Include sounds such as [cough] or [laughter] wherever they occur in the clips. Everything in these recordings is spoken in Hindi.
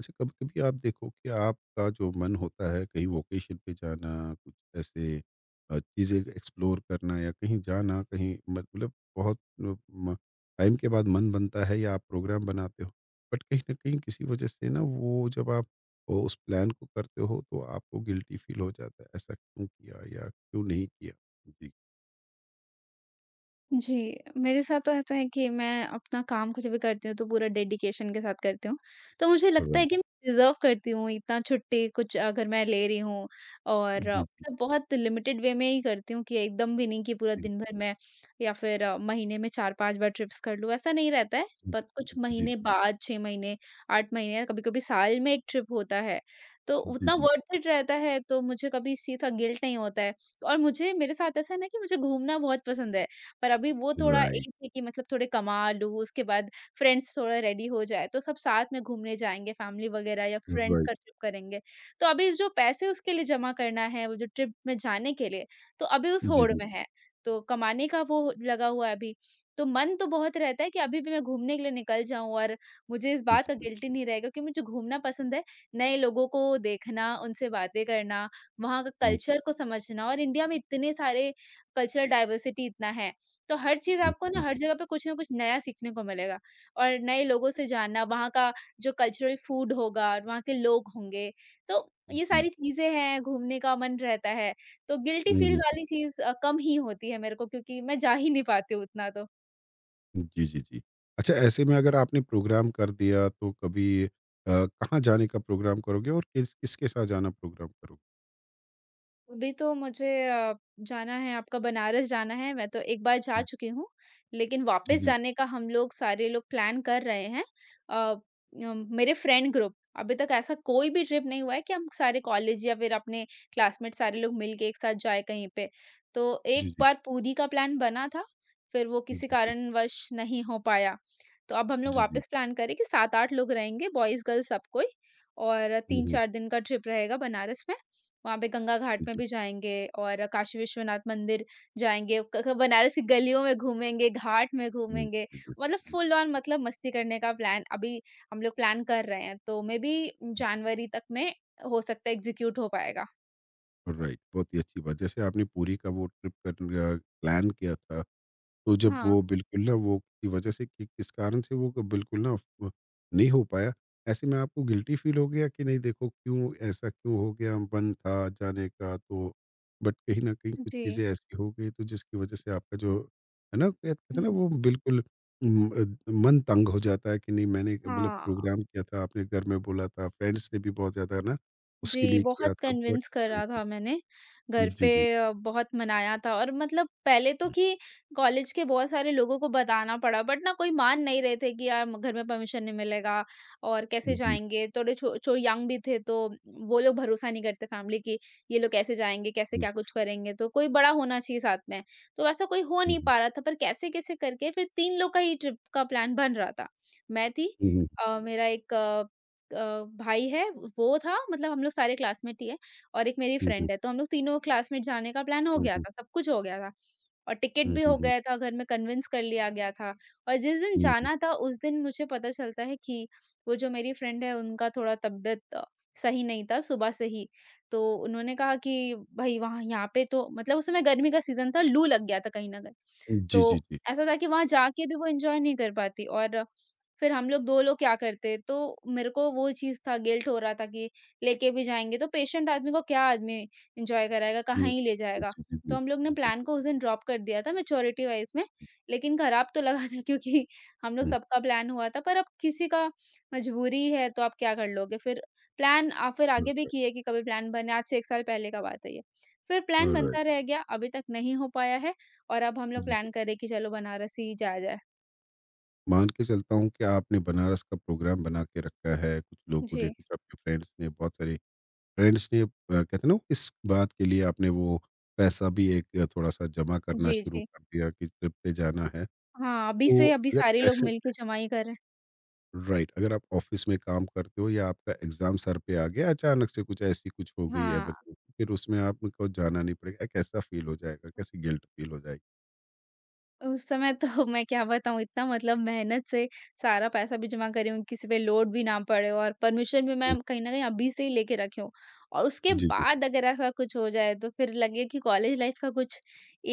अच्छा, कभी-कभी आप देखो कि आपका जो मन होता है कहीं वोकेशन पे जाना, कुछ ऐसे चीज़ें एक्सप्लोर करना या कहीं जाना, कहीं मतलब बहुत अ, म टाइम के बाद मन बनता है या आप प्रोग्राम बनाते हो। बट कहीं न कहीं किसी वजह से ना वो जब आप ओ उस प्लान को करते हो तो आपको गिल्टी फ़ील हो जाता है, ऐसा क्यों किया या क्यों नहीं किया? जी। जी, मेरे साथ तो ऐसा है कि मैं अपना काम कुछ भी करती हूँ तो पूरा डेडिकेशन के साथ करती हूँ। तो मुझे लगता है राइट। कि मैं डिज़र्व करती हूँ इतना छुट्टी कुछ अगर मैं ले रही हूँ, और जी। जी, मतलब बहुत लिमिटेड वे में ही करती हूँ कि एकदम भी नहीं कि पूरा जी। दिन भर मैं या फिर महीने में 4-5 बार ट्रिप्स कर लूँ, ऐसा नहीं रहता है। बट कुछ जी, जी। महीने बाद 6 महीने, 8 महीने, कभी-कभी साल में 1 ट्रिप होता है। तो जी, उतना जी। वर्थ इट रहता है तो मुझे कभी इस चीज़ का गिल्ट नहीं होता है। और मुझे मेरे साथ ऐसा है ना कि मुझे घूमना बहुत पसंद है। पर अभी वो थोड़ा राइट। एक है कि मतलब थोड़े कमा लूँ, उसके बाद फ्रेंड्स थोड़ा रेडी हो जाए, तो सब साथ में घूमने जाएँगे, फैमिली वगैरह या फ्रेंड्स का राइट। ट्रिप करेंगे। तो अभी जो पैसे उसके लिए जमा करना है, वो जो ट्रिप में जाने के लिए, तो अभी उस जी, होड़ जी। में है। तो कमाने का वो लगा हुआ है अभी। तो मन तो बहुत रहता है कि अभी भी मैं घूमने के लिए निकल जाऊँ, और मुझे इस जी, बात का जी। गिल्टी नहीं रहेगा कि मुझे घूमना पसंद है, नए लोगों को देखना, उनसे बातें करना, वहाँ का हुँ। कल्चर को समझना। और इंडिया में इतने सारे कल्चरल डाइवर्सिटी इतना है। तो हर चीज़ आपको ना, हुँ। हर जगह पे कुछ ना कुछ नया सीखने को मिलेगा और नए लोगों से जानना, वहाँ का जो कल्चरल फूड होगा और वहाँ के लोग होंगे, तो हुँ, ये जी। सारी चीज़ें हैं, घूमने का मन रहता है। तो गिल्टी हुँ, फ़ील हुँ। वाली चीज़ कम ही होती है मेरे को, क्योंकि मैं जा ही नहीं पाती हूँ उतना तो। जी, जी, जी। अच्छा, ऐसे में अगर आपने प्रोग्राम कर दिया तो कभी अ, कहाँ जाने का प्रोग्राम करोगे और किस किसके साथ जाना प्रोग्राम करोगे? अभी तो मुझे जाना है, आपका बनारस जाना है, मैं तो एक बार जा चुकी हूँ, लेकिन जी, वापस जी। जाने का हम लोग सारे लोग प्लान कर रहे हैं। अ, मेरे फ्रेंड ग्रुप अभी तक ऐसा कोई भी ट्रिप नहीं हुआ है कि हम सारे कॉलेज या फिर अपने क्लासमेट सारे लोग मिल के एक साथ जाए कहीं पे। तो जी, एक जी। बार पुरी का प्लान बना था, फिर वो किसी जी, जी। कारणवश नहीं हो पाया। तो अब हम लोग जी, जी। वापस प्लान करें कि 7-8 लोग रहेंगे, बॉयज़, गर्ल्स, सब कोई, और हुँ, हुँ। 3-4 दिन का ट्रिप रहेगा बनारस में। वहाँ पे गंगा घाट जी, में जी। भी जाएँगे और काशी विश्वनाथ मंदिर जाएँगे, क क बनारस की गलियों में घूमेंगे, घाट में हुँ, घूमेंगे, जी, जी। मतलब हुँ। फुल ऑन मतलब मस्ती करने का प्लान अभी हम लोग प्लान कर रहे हैं, तो मे बी जनवरी तक में हो सकता है एग्ज़ीक्यूट हो पाएगा। राइट, बहुत ही अच्छी बात। जैसे आपने पूरी का वो ट्रिप प्लान किया था, तो जब हाँ, वो बिल्कुल ना वो की वजह से कि किस कारण से वो बिल्कुल ना वो नहीं हो पाया, ऐसे में आपको गिल्टी फ़ील हो गया कि नहीं, देखो क्यों ऐसा क्यों हो गया, मन था जाने का तो। बट कहीं न कहीं कुछ जी। चीज़ें ऐसी हो गई तो जिसकी वजह से आपका जो है ना, कहते कहते हैं हुँ, ना वो बिल्कुल उम, अद मन तंग हो जाता है कि नहीं, मैंने मतलब हाँ। प्रोग्राम किया था, आपने घर में बोला था, फ्रेंड्स ने भी बहुत ज़्यादा ना उसके जी, लिए बहुत किया था बट। कन्विंस करा था मैंने। घर जी, पे जी। बहुत मनाया था, और मतलब पहले तो कि कॉलेज के बहुत सारे लोगों को बताना पड़ा, बट ना कोई मान नहीं रहे थे कि यार घर में परमिशन नहीं मिलेगा, और जी, कैसे जी। जाएँगे? थोड़े छो छो यंग भी थे, तो वो लोग भरोसा नहीं करते फैमिली की, ये लोग कैसे जाएँगे? कैसे हुँ, क्या कुछ करेंगे? तो कोई बड़ा होना चाहिए साथ में। तो वैसा कोई हो हुँ। नहीं हुँ, पा रहा था, पर कैसे-कैसे करके फिर 3 लोग का ही ट्रिप का प्लान बन रहा था। मैं थी, हुँ। हुँ, मेरा एक भाई है, वो था, मतलब हम लोग सारे क्लासमेट ही हैं, और एक मेरी हुँ। हुँ, फ्रेंड है। तो हम लोग तीनों क्लासमेट जाने का प्लान हो हुँ। हुँ, गया हुँ। हुँ, था, सब कुछ हो गया था, और टिकट हुँ। भी हुँ, हो हुँ। गया था, घर में कन्विंस कर लिया गया था, और जिस दिन हुँ, हुँ। जाना था उस दिन मुझे पता चलता है कि वो जो मेरी फ्रेंड है उनका थोड़ा तबीयत सही नहीं था सुबह से ही। तो उन्होंने कहा कि भाई वहाँ यहाँ पे तो, मतलब उस समय गर्मी का सीज़न था, लू लग गया था कहीं न कहीं। तो जी, जी, जी। ऐसा था कि वहाँ जाके भी वो एन्जॉय नहीं कर पाती, और फिर हम लोग 2 लोग क्या करते, तो मेरे को वो चीज़ था, गिल्ट हो रहा था कि लेके भी जाएँगे तो पेशेंट आदमी को क्या आदमी एन्जॉय कराएगा, कहाँ हुँ। ही ले जाएगा। जी, जी, जी। तो हम लोग ने जी, प्लान जी। को उस दिन ड्रॉप कर दिया था मैच्योरिटी वाइज़ में, लेकिन खराब तो लगा था [laughs] क्योंकि हम लोग हुँ। सबका प्लान हुआ था, पर अब किसी का मजबूरी है तो आप क्या कर लोगे। फिर फिर आगे भी ऑलराइट। किए कि कभी प्लान बने, आज से 1 साल पहले का बात है ये। फिर प्लान ऑलराइट। बनता रह गया, अभी तक नहीं हो पाया है, और अब हम लोग जी, जी। प्लान करें कि चलो बनारस ही जाया जाए। मान के चलता हूँ कि आपने बनारस का प्रोग्राम बना के रखा है, कुछ लोगों ने, जी। कुछ आपके फ्रेंड्स ने, बहुत सारे फ्रेंड्स ने, कहते हैं ना, इस बात के लिए आपने वो पैसा भी एक थोड़ा-सा जमा करना जी, शुरू जी। कर दिया कि ट्रिप पे जाना है। हाँ, अभी तो से अभी अगर सारे लोग ऐसे, मिलके जमाई कर रहे हैं। राइट, अगर आप ऑफ़िस में काम करते हो या आपका एग्ज़ाम सर पे आ गया अचानक से कुछ ऐसी कुछ हो गई है हाँ, इमरजेंसी, फिर उसमें आपको जाना नहीं पड़ेगा, कैसा फ़ील हो जाएगा? कैसी गिल्ट फ़ील हो जाएगी? उस समय तो [laughs] मैं क्या बताऊँ, इतना मतलब मेहनत से सारा पैसा भी जमा करी हूँ, किसी पे लोड भी ना पड़े, और परमिशन भी हुँ। मैं कहीं न कहीं अभी से ही लेके रखी हूँ। और उसके जी, जी। बाद अगर ऐसा कुछ हो जाए तो फिर लगे कि कॉलेज लाइफ़ का कुछ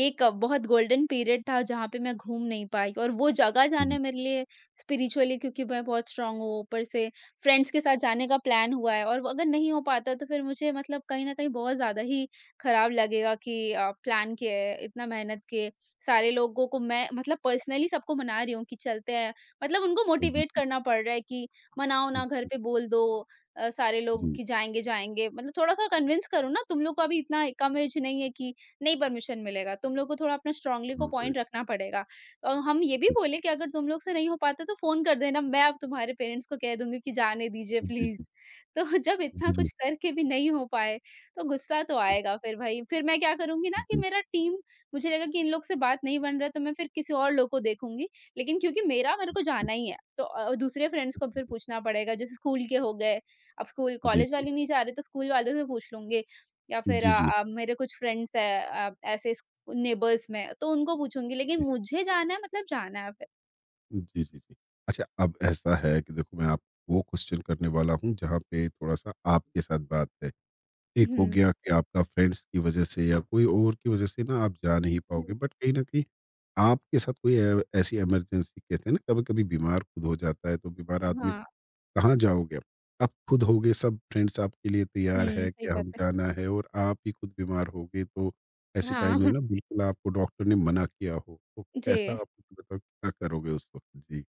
एक बहुत गोल्डन पीरियड था, जहाँ पे मैं घूम नहीं पाई, और वो जगह हुँ, जाना मेरे लिए स्पिरिचुअली, क्योंकि मैं बहुत स्ट्रांग हूँ, ऊपर से फ्रेंड्स के साथ जाने का प्लान हुआ है, और वो अगर नहीं हो पाता तो फिर मुझे मतलब कहीं न कहीं बहुत ज़्यादा ही खराब लगेगा कि प्लान किए, इतना मेहनत किए, सारे लोगों को मैं मतलब पर्सनली सबको मना रही हूँ कि चलते हैं, मतलब उनको मोटिवेट हुँ। करना पड़ रहा है कि मनाओ ना, हुँ, घर पे बोल दो, सारे हुँ। लोग जी। कि जाएंगे, जाएंगे, मतलब थोड़ा सा कन्विंस करो ना तुम लोग को। अभी इतना कम एज नहीं है कि नहीं परमिशन मिलेगा, तुम लोग को थोड़ा अपना स्ट्रांगली को राइट। पॉइंट रखना पड़ेगा। और हम ये भी बोले कि अगर तुम लोग से नहीं हो पाता तो फोन कर देना, मैं अब तुम्हारे पेरेंट्स को कह दूंगी कि जाने दीजिए बिल्कुल, जी, जी। प्लीज। तो [laughs] जब जी, इतना जी। कुछ करके भी नहीं हो पाए, तो गुस्सा तो जी, आएगा फिर भाई, फिर मैं क्या करूंगी ना कि मेरा टीम, मुझे लगा कि इन लोग से बात नहीं बन रहा है, तो मैं फिर किसी और लोग को देखूँगी। लेकिन क्योंकि मेरा मेरे को जाना ही है, तो दूसरे फ्रेंड्स को फिर पूछना पड़ेगा, जैसे स्कूल के हो गए, अब स्कूल जी, जी, जी। कॉलेज जी, जी, वाले नहीं जा रहे तो स्कूल वालों से पूछ लूँगी, या फिर मेरे कुछ फ्रेंड्स हैं ऐसे स नेबर्स में, तो उनको पूछूँगी, लेकिन जी। मुझे जाना है मतलब जाना है फिर। जी, जी, जी। अच्छा, अब ऐसा है कि देखो मैं आपको क्वेश्चन करने वाला हूँ जहाँ पे थोड़ा-सा आपके साथ बात है। एक हो हुँ। गया कि आपका फ्रेंड्स की वजह से या कोई और की वजह से ना आप जा नहीं हाँ पाओगे, जी। बट कहीं न कहीं आपके साथ कोई ए ऐसी इमरजेंसी, कहते हैं ना, कभी-कभी बीमार खुद हो जाता है तो बीमार आदमी हाँ। कहाँ जाओगे? आप खुद होगे, सब फ्रेंड्स आपके लिए तैयार हुँ, है कि सही बात हम है। जाना है और आप ही खुद बीमार हो गए तो ऐसे हाँ, टाइम में ना [laughs] बिल्कुल आपको डॉक्टर ने मना किया हो, तो कैसा जी। आप मुझे बताओ क्या करोगे उस वक़्त? जी।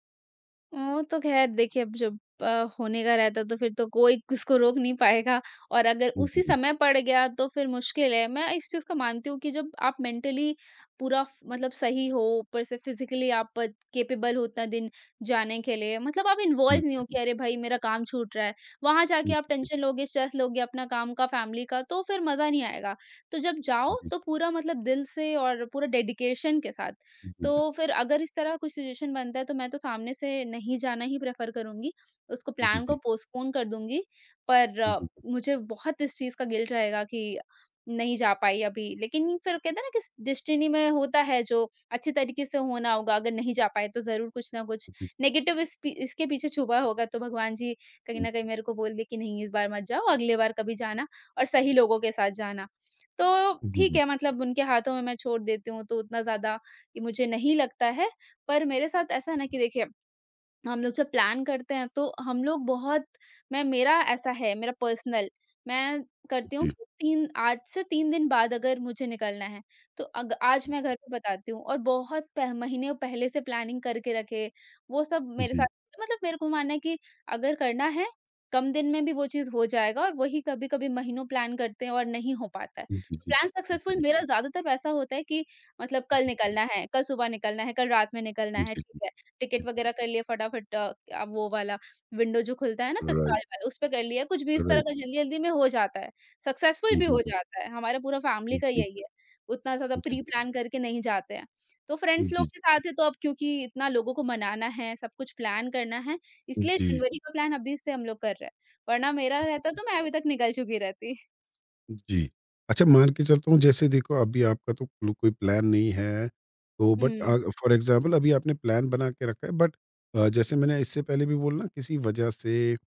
वो तो ख़ैर देखिए, अब जब होने का रहता है तो फिर तो कोई उसको रोक नहीं पाएगा, और अगर हुँ, जी, उसी जी। समय पड़ गया तो फिर मुश्किल है। मैं इस चीज़ को मानती हूँ कि जब आप मेंटली पूरा फ मतलब सही हो, ऊपर से फ़िज़िकली आप कैपेबल हो उतना दिन जाने के लिए, मतलब आप हुँ, इन्वॉल्व नहीं हो कि अरे भाई मेरा काम छूट रहा है। वहाँ जाके हुँ। आप टेंशन लोगे, स्ट्रेस लोगे अपना काम का, फ़ैमिली का, तो फिर मज़ा नहीं आएगा। तो जब जी, जाओ जी। तो पूरा मतलब दिल से और पूरा डेडिकेशन के साथ, जी, तो जी, फिर अगर इस तरह कुछ सिचुएशन बनता है तो मैं तो सामने से नहीं जाना ही प्रेफ़र करूँगी, उसको जी, जी, प्लान को जी। पोस्टपोन कर दूँगी। पर हुँ। जी, जी, मुझे बहुत इस चीज़ का गिल्ट रहेगा कि नहीं जा पाई अभी, लेकिन फिर कहते हैं ना कि डेस्टिनी में होता है, जो अच्छे तरीके से होना होगा, अगर नहीं जा पाए तो ज़रूर कुछ ना कुछ जी, जी। नेगेटिव इस पी इसके पीछे छुपा होगा, तो भगवान जी कहीं न कहीं मेरे को बोल दे कि नहीं, इस बार मत जाओ, अगली बार कभी जाना और सही लोगों के साथ जाना। तो ठीक जी, है, मतलब उनके हाथों में मैं छोड़ देती हूँ, तो उतना ज़्यादा कि मुझे नहीं लगता है। पर मेरे साथ ऐसा है ना कि देखिए, हम लोग जब प्लान करते हैं तो हम लोग बहुत, मैं, मेरा ऐसा है, मेरा पर्सनल, मैं करती हूँ जी, जी। कि 3 आज से 3 दिन बाद अगर मुझे निकलना है, तो अग आज मैं घर पे बताती हूँ, और बहुत पह महीने पहले से प्लानिंग करके रखे वो सब मेरे साथ, मतलब मेरे को मानना है कि अगर करना है, कम दिन में भी वो चीज़ हो जाएगा, और वही कभी-कभी महीनों प्लान करते हैं और नहीं हो पाता है। तो प्लान सक्सेसफुल मेरा ज़्यादातर वैसा होता है कि मतलब कल निकलना है, कल सुबह निकलना है, कल रात में निकलना जी, है, ठीक जी, है। जी, टिकट जी। वगैरह कर लिया फटाफट, अब वो वाला विंडो जो खुलता है ना राइट। तत्काल वाला, उस पे कर लिया, कुछ भी इस तरह राइट। का जल्दी-जल्दी में हो जाता है। सक्सेसफुल हुँ, भी हो हुँ, जाता है, हमारा पूरा फैमिली हुँ। का जी, यही है, उतना ज़्यादा प्री जी, प्लान करके नहीं जाते हैं। तो फ्रेंड्स लोग जी, के साथ है तो अब क्योंकि इतना लोगों को मनाना है, सब कुछ प्लान करना है, जी। इसलिए जी। जनवरी का प्लान अभी से हम लोग कर रहे हैं, वरना मेरा रहता तो मैं अभी तक निकल चुकी रहती। जी। अच्छा, मान के चलता हूँ जैसे देखो अभी आपका तो क्लू कोई प्लान नहीं है, तो बट हुँ, फॉर एग्ज़ाम्पल अभी आपने प्लान बना के रखा है बट जैसे मैंने इससे पहले भी बोला ना किसी वजह से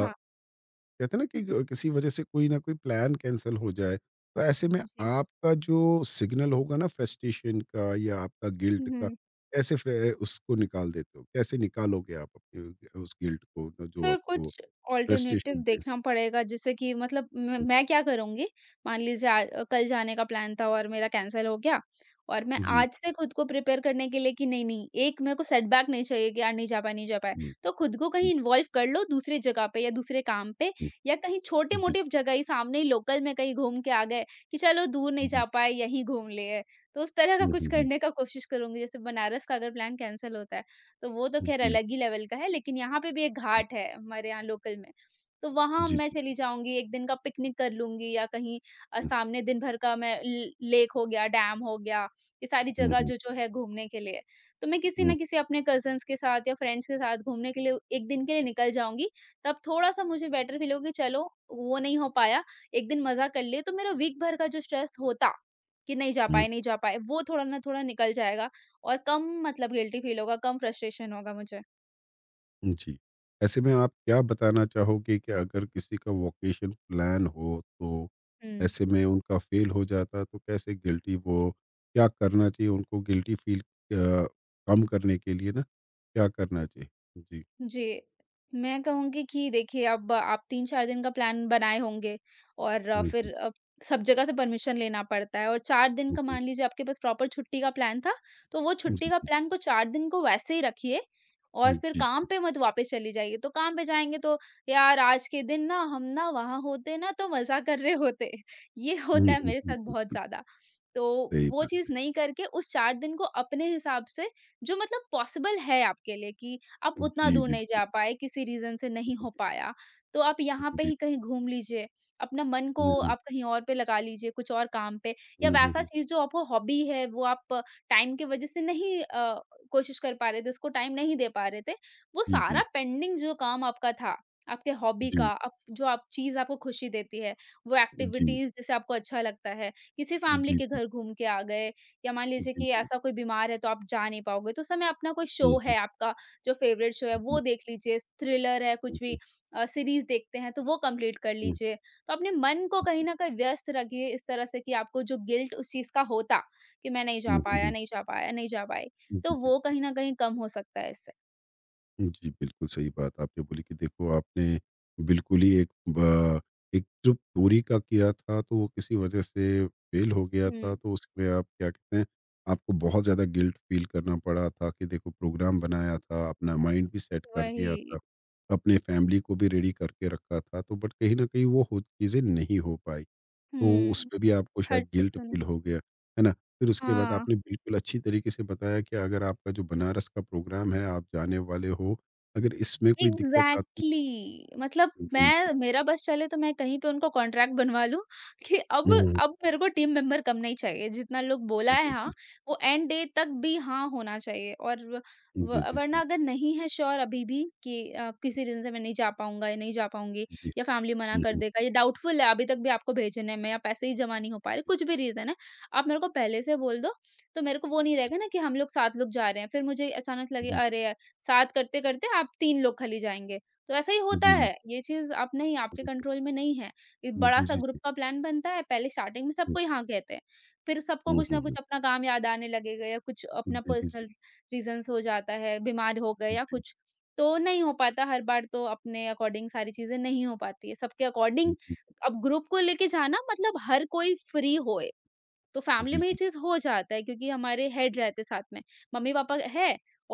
हाँ, कहते हैं ना कि किसी वजह से कोई ना कोई प्लान कैंसल हो जाए, तो ऐसे में जी। आपका जो सिग्नल होगा ना फ्रस्ट्रेशन का या आपका हुँ, गिल्ट का, हुँ। कैसे फ़िर उसको निकाल देते हो? कैसे निकालोगे आप अपने उस गिल्ट को जो फिर आपको कुछ ऑल्टरनेटिव फ्रस्ट्रेशन पे। देखना पड़ेगा, जैसे कि मतलब मैं हुँ, मैं क्या करूँगी। मान लीजिए आज कल जाने का प्लान था और मेरा कैंसिल हो गया और मैं जी। आज से खुद को प्रिपेयर करने के लिए कि नहीं नहीं, एक मेरे को सेटबैक नहीं चाहिए कि यार नहीं जा पाए, नहीं जा पाए। हुँ, तो खुद को हुँ, कहीं इन्वॉल्व कर लो दूसरी जगह पे या दूसरे काम पे, या कहीं छोटी हुँ, जी। मोटी जगह ही सामने ही लोकल में कहीं घूम के आ गए कि चलो दूर नहीं जा पाए, यहीं घूम लिए। तो उस तरह का हुँ, कुछ हुँ, हुँ। करने का कोशिश करूंगी, जैसे बनारस का अगर प्लान कैंसिल होता है, तो वो तो ख़ैर जी। अलग ही लेवल का है, लेकिन यहाँ पे भी एक हुँ, घाट है हमारे यहाँ लोकल में, तो वहाँ जी, मैं जी। चली जाऊँगी, एक दिन का पिकनिक कर लूँगी, या कहीं हुँ, सामने दिन भर का मैं ल लेक हो गया, डैम हो गया, ये सारी हुँ, जगह हुँ, जो-जो है घूमने के लिए। तो मैं किसी हुँ, न किसी अपने कज़िन्स के साथ या फ्रेंड्स के साथ घूमने के लिए एक दिन के लिए निकल जाऊँगी, तब थोड़ा-सा मुझे बेटर फ़ील होगा कि चलो, वो नहीं हो पाया, एक दिन मज़ा कर लिए, तो मेरा वीक भर का जो स्ट्रेस होता कि नहीं जा हुँ, पाए, नहीं जा पाए, वो थोड़ा ना थोड़ा निकल जाएगा और कम मतलब गिल्टी फील होगा, कम फ्रस्ट्रेशन होगा मुझे। हुँ। जी। ऐसे में आप क्या बताना चाहोगे कि अगर किसी का वोकेशन प्लान हो, तो हुँ। ऐसे में उनका फेल हो जाता, तो कैसे गिल्टी वो, क्या करना चाहिए उनको गिल्टी फील कम करने के लिए ना, क्या करना चाहिए? जी। जी। मैं कहूँगी कि देखिए अब आप 3-4 दिन का प्लान बनाए होंगे और हुँ, हुँ, फिर सब जगह से परमिशन लेना पड़ता है, और 4 दिन हुँ, का हुँ। मान लीजिए आपके पास प्रॉपर छुट्टी का प्लान था, तो वो छुट्टी जी, का जी। प्लान को 4 दिन को वैसे ही रखिए और हुँ, फिर जी, काम जी। पे मत वापस चली जाइए। तो काम पे जाएँगे तो यार आज के दिन ना हम ना वहाँ होते, ना तो मज़ा कर रहे होते। [laughs] ये हुँ, होता है हुँ, मेरे हुँ, साथ हुँ। बहुत ज़्यादा। तो सही वो बात। चीज़ नहीं करके उस 4 दिन को अपने हिसाब से, जो मतलब पॉसिबल है आपके लिए कि आप उतना जी, दूर नहीं बिल्कुल। जा पाए, किसी रीज़न से नहीं जी, हो जी। पाया, तो आप यहाँ पे जी। ही कहीं घूम लीजिए, अपना मन को हुँ, हुँ। आप कहीं और पे लगा लीजिए, कुछ और काम पे या हुँ, हुँ, वैसा हुँ। चीज़ जो आपको हॉबी है, वो आप टाइम की वजह से नहीं कोशिश कर पा रहे थे, उसको टाइम नहीं दे पा रहे थे, वो जी, सारा जी। पेंडिंग जो काम आपका था, आपके हॉबी का, जी, आप जो आप चीज़ आपको खुशी देती है, वो जी, एक्टिविटीज़ जिससे आपको अच्छा लगता है, किसी फ़ैमिली जी, के जी। घर घूम के आ गए, या मान लीजिए जी, कि जी। ऐसा कोई बीमार है, तो आप जा नहीं पाओगे, तो उस समय अपना कोई हुँ, शो हुँ। है आपका, जो फेवरेट शो है हुँ, वो हुँ, देख लीजिए, थ्रिलर है हुँ। कुछ भी हुँ, सीरीज़ देखते हैं तो वो कंप्लीट कर हुँ। लीजिए। तो अपने मन को कहीं न कहीं व्यस्त रखिए इस तरह से कि आपको जो गिल्ट उस चीज़ का होता कि मैं नहीं जा हुँ, पाया, हुँ, नहीं जा पाया, नहीं जा पाई, हुँ। जी, तो जी। वो कहीं न कहीं कम हो सकता है इससे। जी, बिल्कुल सही बात आपने बोली कि देखो आपने बिल्कुल ही एक जो दूरी का किया था तो वो किसी वजह से फ़ेल हो गया था, हुँ। तो उसमें आप क्या कहते हैं, आपको बहुत ज़्यादा गिल्ट फ़ील करना पड़ा था कि देखो प्रोग्राम बनाया था, अपना माइंड भी सेट कर दिया था, वही। अपने फैमिली को भी रेडी करके रखा था तो बट कहीं न कहीं वो हो चीज़ें नहीं हो पाई। तो हुँ। उसमें भी आपको हर शायद चीज़ गिल्ट तो नहीं। फ़ील हो गया, है ना? फिर उसके बाद हाँ। आपने बिल्कुल अच्छी तरीके से बताया कि अगर आपका जो बनारस का प्रोग्राम है, आप जाने वाले हो, अगर इसमें कोई दिक्कत आती एग्ज़ैक्टली, मतलब है। जी, जी। मैं मेरा बस चले तो मैं कहीं पे उनको कॉन्ट्रैक्ट बनवा लूँ [laughs] कि हुँ, अब मेरे को टीम मेंबर कम नहीं चाहिए, जितना लोग बोला है जी, हाँ, जी। वो एंड डे तक भी हाँ होना चाहिए और व जी, व- जी, वरना जी। अगर नहीं है श्योर अभी भी कि किसी रीज़न से मैं नहीं जा पाऊँगा या नहीं जा पाऊँगी, जी। या फैमिली मना हुँ, कर हुँ। देगा, या डाउटफुल है अभी तक भी आपको भेजने में, या पैसे ही जमा नहीं हो पा रहे, कुछ भी रीज़न है, आप मेरे को पहले से बोल दो, तो मेरे को वो नहीं रहेगा ना कि हम लोग 7 लोग जा रहे हैं, फिर मुझे अचानक लगे अरे! साथ करते-करते आप 3 लोग खाली जाएँगे। तो ऐसा ही जी, होता जी, जी, है, ये चीज़ आप नहीं आपके कंट्रोल में नहीं है। एक जी। जी, बड़ा-सा जी, ग्रुप जी। का प्लान बनता है, पहले स्टार्टिंग में हुँ, सबको ही हाँ कहते हैं। फिर सबको हुँ। कुछ हुँ, ना कुछ हुँ। अपना काम याद आने लगेगा, या कुछ अपना जी, जी, जी। पर्सनल रीज़न्स हो जाता है, बीमार हो गए जी, या जी, कुछ। तो नहीं हो पाता हर बार, तो अपने अकॉर्डिंग सारी चीज़ें नहीं हो पाती है, सबके अकॉर्डिंग जी, अब ग्रुप को लेके जाना मतलब हर कोई फ्री होए। तो जी। फैमिली में ये जी, जी, चीज़ हो जाता है क्योंकि हमारे हेड रहते साथ में। मम्मी-पापा है,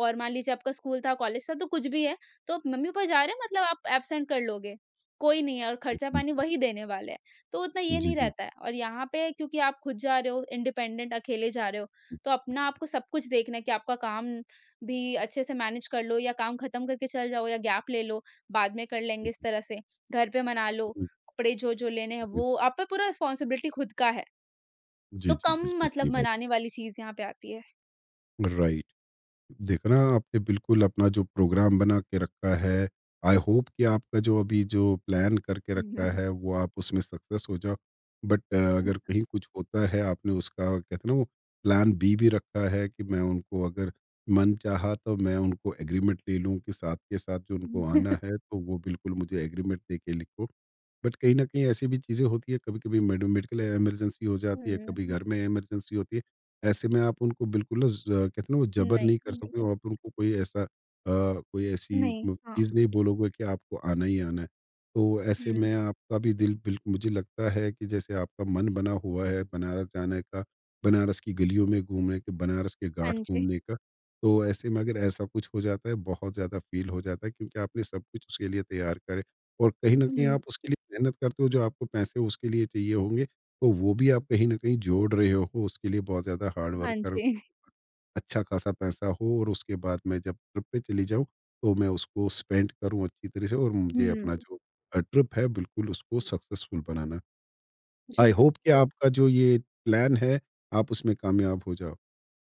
और मान लीजिए आपका स्कूल था, कॉलेज था, तो कुछ भी है, तो मम्मी-पापा जा रहे हैं मतलब आप एब्सेंट कर लोगे, कोई नहीं है और जी, खर्चा-पानी वही देने वाले हैं। तो उतना ये नहीं जी, रहता है, और यहाँ पे क्योंकि आप खुद जा रहे हो, इंडिपेंडेंट अकेले जा रहे हो, तो अपना आपको सब कुछ देखना है कि आपका काम भी अच्छे से मैनेज कर लो, या काम खत्म करके चल जाओ, या गैप ले लो, बाद में कर लेंगे इस तरह से। घर पे मना लो, कपड़े जो-जो लेने हैं जी, जी, वो आप पे पूरा रिस्पॉन्सिबिलिटी खुद का है। जी, तो जी, कम बिल्कुल सही मतलब बात। मनाने वाली चीज़ यहाँ पे आती है। राइट। देखो ना, आपने बिल्कुल अपना जो प्रोग्राम बना के रखा है, आई होप कि आपका जो अभी जो प्लान करके हुँ, रखा है वो आप उसमें सक्सेस हो जाओ। बट अगर कहीं कुछ होता है, आपने उसका कहते हैं ना वो प्लान बी भी रखा है कि मैं उनको अगर मन चाहा तो मैं उनको एग्रीमेंट ले लूँ कि साथ के साथ जो उनको आना है तो वो बिल्कुल मुझे एग्रीमेंट दे के लिखो। बट कहीं ना कहीं ऐसी भी चीज़ें होती है, कभी कभी मेडिकल इमरजेंसी हो जाती है, कभी घर में इमरजेंसी होती है, ऐसे में आप उनको बिल्कुल ना कहते हैं ना वो जबर नहीं, नहीं कर हुँ। नहीं सकते कर हो, सकते आप उनको कोई ऐसी नहीं, हाँ, चीज़ नहीं बोलोगे कि आपको आना ही आना है, तो ऐसे हुँ, में आपका भी दिल बिल्कुल, मुझे लगता है कि जैसे आपका मन बना हुआ है बनारस जाने का, बनारस की गलियों में घूमने के, बनारस के हाँ घाट जी, घूमने का, तो ऐसे में अगर ऐसा कुछ हो जाता है बहुत ज़्यादा फील हो जाता है क्योंकि आपने सब कुछ उसके लिए तैयार करे और कहीं न कहीं हुँ, आप उसके लिए मेहनत करते हो, जो आपको पैसे उसके लिए चाहिए होंगे, तो वो भी आप कहीं न कहीं जोड़ रहे हो, उसके लिए बहुत ज़्यादा हार्ड हाँ वर्क करो। जी, अच्छा खासा पैसा हो और उसके बाद मैं जब ट्रिप पे चली जाऊँ, तो मैं उसको स्पेंड करूँ अच्छी तरह से और मुझे हुँ, अपना जो ट्रिप है, बिल्कुल उसको सक्सेसफुल बनाना। आई जी, होप कि आपका जो ये प्लान है, आप उसमें कामयाब हो जाओ।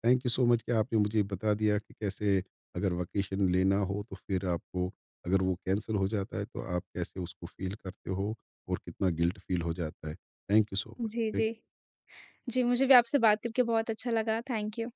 थैंक यू सो मच कि आपने मुझे बता दिया कि कैसे अगर वेकेशन लेना हो तो फिर आपको, अगर वो कैंसल हो जाता है तो आप कैसे उसको फ़ील करते हो और कितना गिल्ट फ़ील हो जाता है। Thank you so much. जी, जी। थैंक जी, मुझे भी आपसे बात करके बहुत अच्छा लगा, थैंक यू।